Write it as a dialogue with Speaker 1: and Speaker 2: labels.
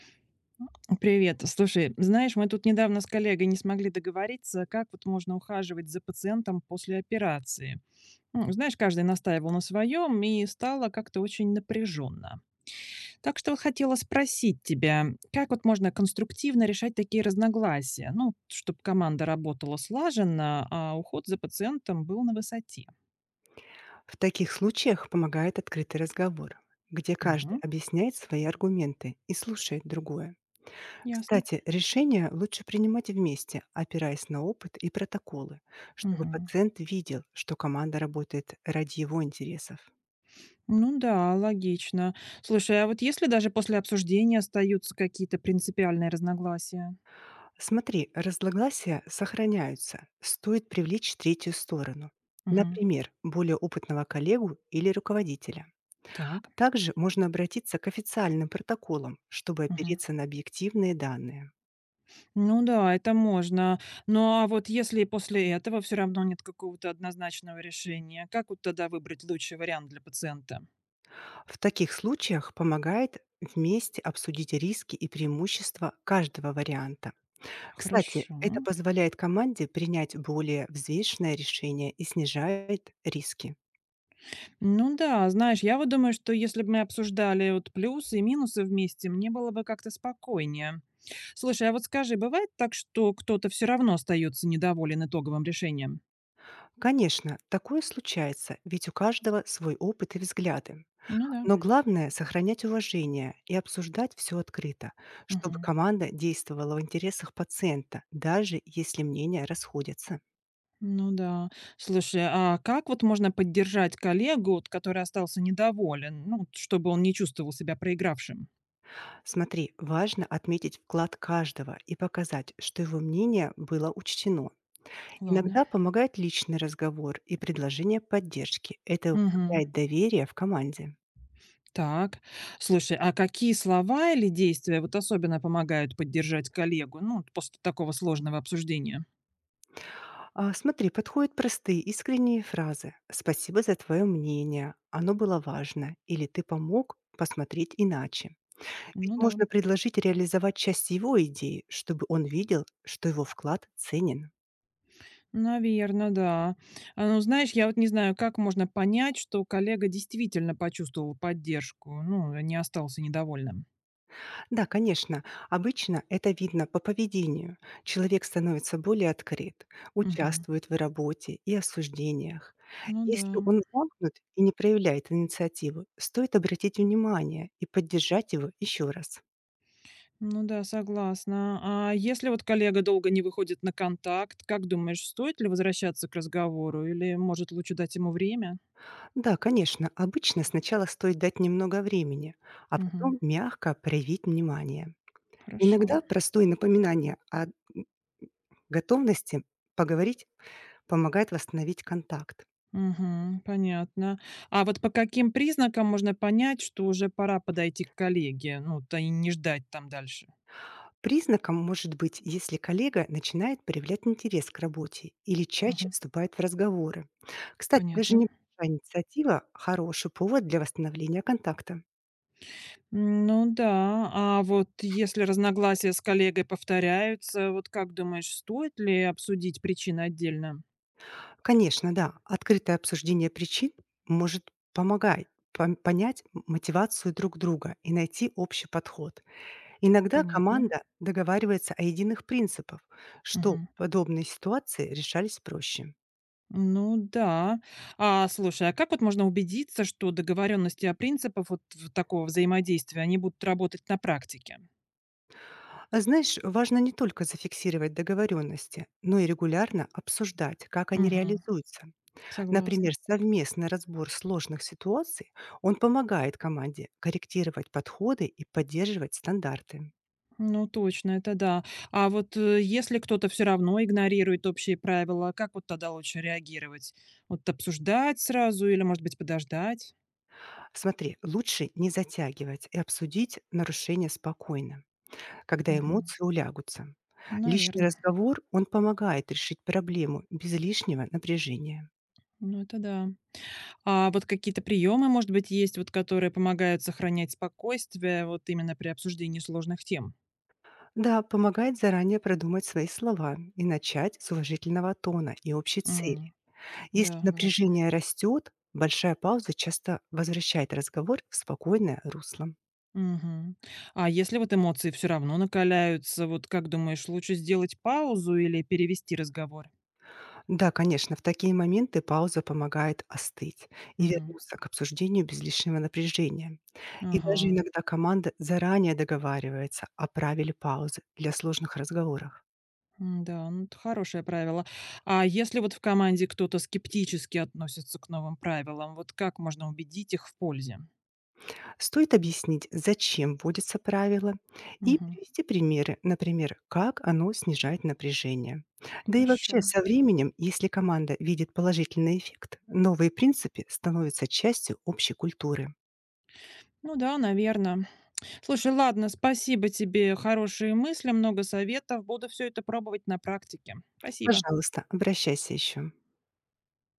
Speaker 1: Привет. Слушай, знаешь, мы тут недавно с коллегой не смогли договориться, как вот можно ухаживать за пациентом после операции. Ну, знаешь, каждый настаивал на своем, и стало как-то очень напряженно. Так что вот хотела спросить тебя, как вот можно конструктивно решать такие разногласия, ну, чтобы команда работала слаженно, а уход за пациентом был на высоте.
Speaker 2: В таких случаях помогает открытый разговор, где каждый
Speaker 1: Мгм.
Speaker 2: объясняет свои аргументы и слушает другое.
Speaker 1: Ясно.
Speaker 2: Кстати, решения лучше принимать вместе, опираясь на опыт и протоколы, чтобы
Speaker 1: Мгм.
Speaker 2: пациент видел, что команда работает ради его интересов.
Speaker 1: Ну да, логично. Слушай, а вот если даже после обсуждения остаются какие-то принципиальные разногласия.
Speaker 2: Смотри, разногласия сохраняются, стоит привлечь третью сторону.
Speaker 1: Мгм.
Speaker 2: Например, более опытного коллегу или руководителя.
Speaker 1: Так.
Speaker 2: Также можно обратиться к официальным протоколам, чтобы
Speaker 1: Мгм.
Speaker 2: опереться на объективные данные.
Speaker 1: Ну да, это можно. Но а вот если после этого все равно нет какого-то однозначного решения, как вот тогда выбрать лучший вариант для пациента?
Speaker 2: В таких случаях помогает вместе обсудить риски и преимущества каждого варианта. Кстати,
Speaker 1: Хорошо.
Speaker 2: это позволяет команде принять более взвешенное решение и снижает риски.
Speaker 1: Ну да, знаешь, я вот думаю, что если бы мы обсуждали вот плюсы и минусы вместе, мне было бы как-то спокойнее. Слушай, а вот скажи, бывает так, что кто-то все равно остается недоволен итоговым решением?
Speaker 2: Конечно, такое случается, ведь у каждого свой опыт и взгляды.
Speaker 1: Ну да.
Speaker 2: Но главное– сохранять уважение и обсуждать все открыто, чтобы
Speaker 1: Мгм.
Speaker 2: команда действовала в интересах пациента, даже если мнения расходятся.
Speaker 1: Ну да. Слушай, а как вот можно поддержать коллегу, вот который остался недоволен, ну, вот чтобы он не чувствовал себя проигравшим?
Speaker 2: Смотри, важно отметить вклад каждого и показать, что его мнение было учтено.
Speaker 1: Ладно.
Speaker 2: Иногда помогает личный разговор и предложение поддержки. Это
Speaker 1: Мгм.
Speaker 2: укрепляет доверие в команде.
Speaker 1: Так. Слушай, а какие слова или действия вот особенно помогают поддержать коллегу, ну, вот после такого сложного обсуждения?
Speaker 2: А, смотри, подходят простые, искренние фразы. «Спасибо за твое мнение», «Оно было важно» или «Ты помог посмотреть иначе». Ведь
Speaker 1: Ну да,
Speaker 2: можно предложить реализовать часть его идеи, чтобы он видел, что его вклад ценен.
Speaker 1: наверное, да. А, ну, знаешь, я вот не знаю, как можно понять, что коллега действительно почувствовал поддержку, ну, не остался недовольным.
Speaker 2: Да, конечно. Обычно это видно по поведению. Человек становится более открыт,
Speaker 1: Мгм.
Speaker 2: участвует в работе и осуждениях.
Speaker 1: Ну да.
Speaker 2: Если он замкнут и не проявляет инициативу, стоит обратить внимание и поддержать его еще раз.
Speaker 1: Ну да, согласна. А если вот коллега долго не выходит на контакт, как думаешь, стоит ли возвращаться к разговору или, может, лучше дать ему время?
Speaker 2: Да, конечно, обычно сначала стоит дать немного времени, а
Speaker 1: Мгм.
Speaker 2: потом мягко проявить внимание.
Speaker 1: Хорошо.
Speaker 2: Иногда простое напоминание о готовности поговорить помогает восстановить контакт.
Speaker 1: Мгм. Понятно. А вот по каким признакам можно понять, что уже пора подойти к коллеге? Ну, то и не ждать там дальше.
Speaker 2: Признаком может быть, если коллега начинает проявлять интерес к работе или чаще
Speaker 1: Мгм.
Speaker 2: вступает в разговоры. Кстати, даже
Speaker 1: Понятно.
Speaker 2: небольшая инициатива– хороший повод для восстановления контакта.
Speaker 1: М, ну да, а вот если разногласия с коллегой повторяются, вот как думаешь, стоит ли обсудить причины отдельно?
Speaker 2: Конечно, да, открытое обсуждение причин может помогать понять мотивацию друг друга и найти общий подход. Иногда
Speaker 1: Понятно.
Speaker 2: команда договаривается о единых принципах, что
Speaker 1: Мгм.
Speaker 2: подобные ситуации решались проще.
Speaker 1: Ну да. А слушай, а как вот можно убедиться, что договоренности о принципах вот в такого взаимодействия, они будут работать на практике?
Speaker 2: А знаешь, важно не только зафиксировать договоренности, но и регулярно обсуждать, как они
Speaker 1: Мгм.
Speaker 2: реализуются.
Speaker 1: Согласна.
Speaker 2: Например, совместный разбор сложных ситуаций, он помогает команде корректировать подходы и поддерживать стандарты.
Speaker 1: Ну точно, это да. А вот если кто-то все равно игнорирует общие правила, как вот тогда лучше реагировать? Вот обсуждать сразу или, может быть, подождать?
Speaker 2: Смотри, лучше не затягивать и обсудить нарушения спокойно, когда
Speaker 1: Мгм.
Speaker 2: эмоции улягутся. Личный
Speaker 1: Наверное.
Speaker 2: разговор, он помогает решить проблему без лишнего напряжения.
Speaker 1: Ну это да. А вот какие-то приемы, может быть, есть, вот которые помогают сохранять спокойствие вот именно при обсуждении сложных тем?
Speaker 2: Да, помогает заранее продумать свои слова и начать с уважительного тона и общей цели. Если
Speaker 1: Да, важно.
Speaker 2: напряжение растет, большая пауза часто возвращает разговор в спокойное русло.
Speaker 1: Мгм. А если вот эмоции все равно накаляются, вот как думаешь, лучше сделать паузу или перевести разговор?
Speaker 2: Да, конечно, в такие моменты пауза помогает остыть и
Speaker 1: Мгм.
Speaker 2: вернуться к обсуждению без лишнего напряжения. И даже
Speaker 1: Ага.
Speaker 2: иногда команда заранее договаривается о правиле паузы для сложных разговоров.
Speaker 1: М-да, ну, это хорошее правило. А если вот в команде кто-то скептически относится к новым правилам, вот как можно убедить их в пользе?
Speaker 2: Стоит объяснить, зачем вводится правило, и
Speaker 1: Мгм.
Speaker 2: привести примеры, например, как оно снижает напряжение. Да и
Speaker 1: Хорошо.
Speaker 2: вообще со временем, если команда видит положительный эффект, новые принципы становятся частью общей культуры.
Speaker 1: Ну да, наверное. Слушай, ладно, спасибо тебе. Хорошие мысли, много советов. Буду все это пробовать на практике. Спасибо.
Speaker 2: Пожалуйста, обращайся еще.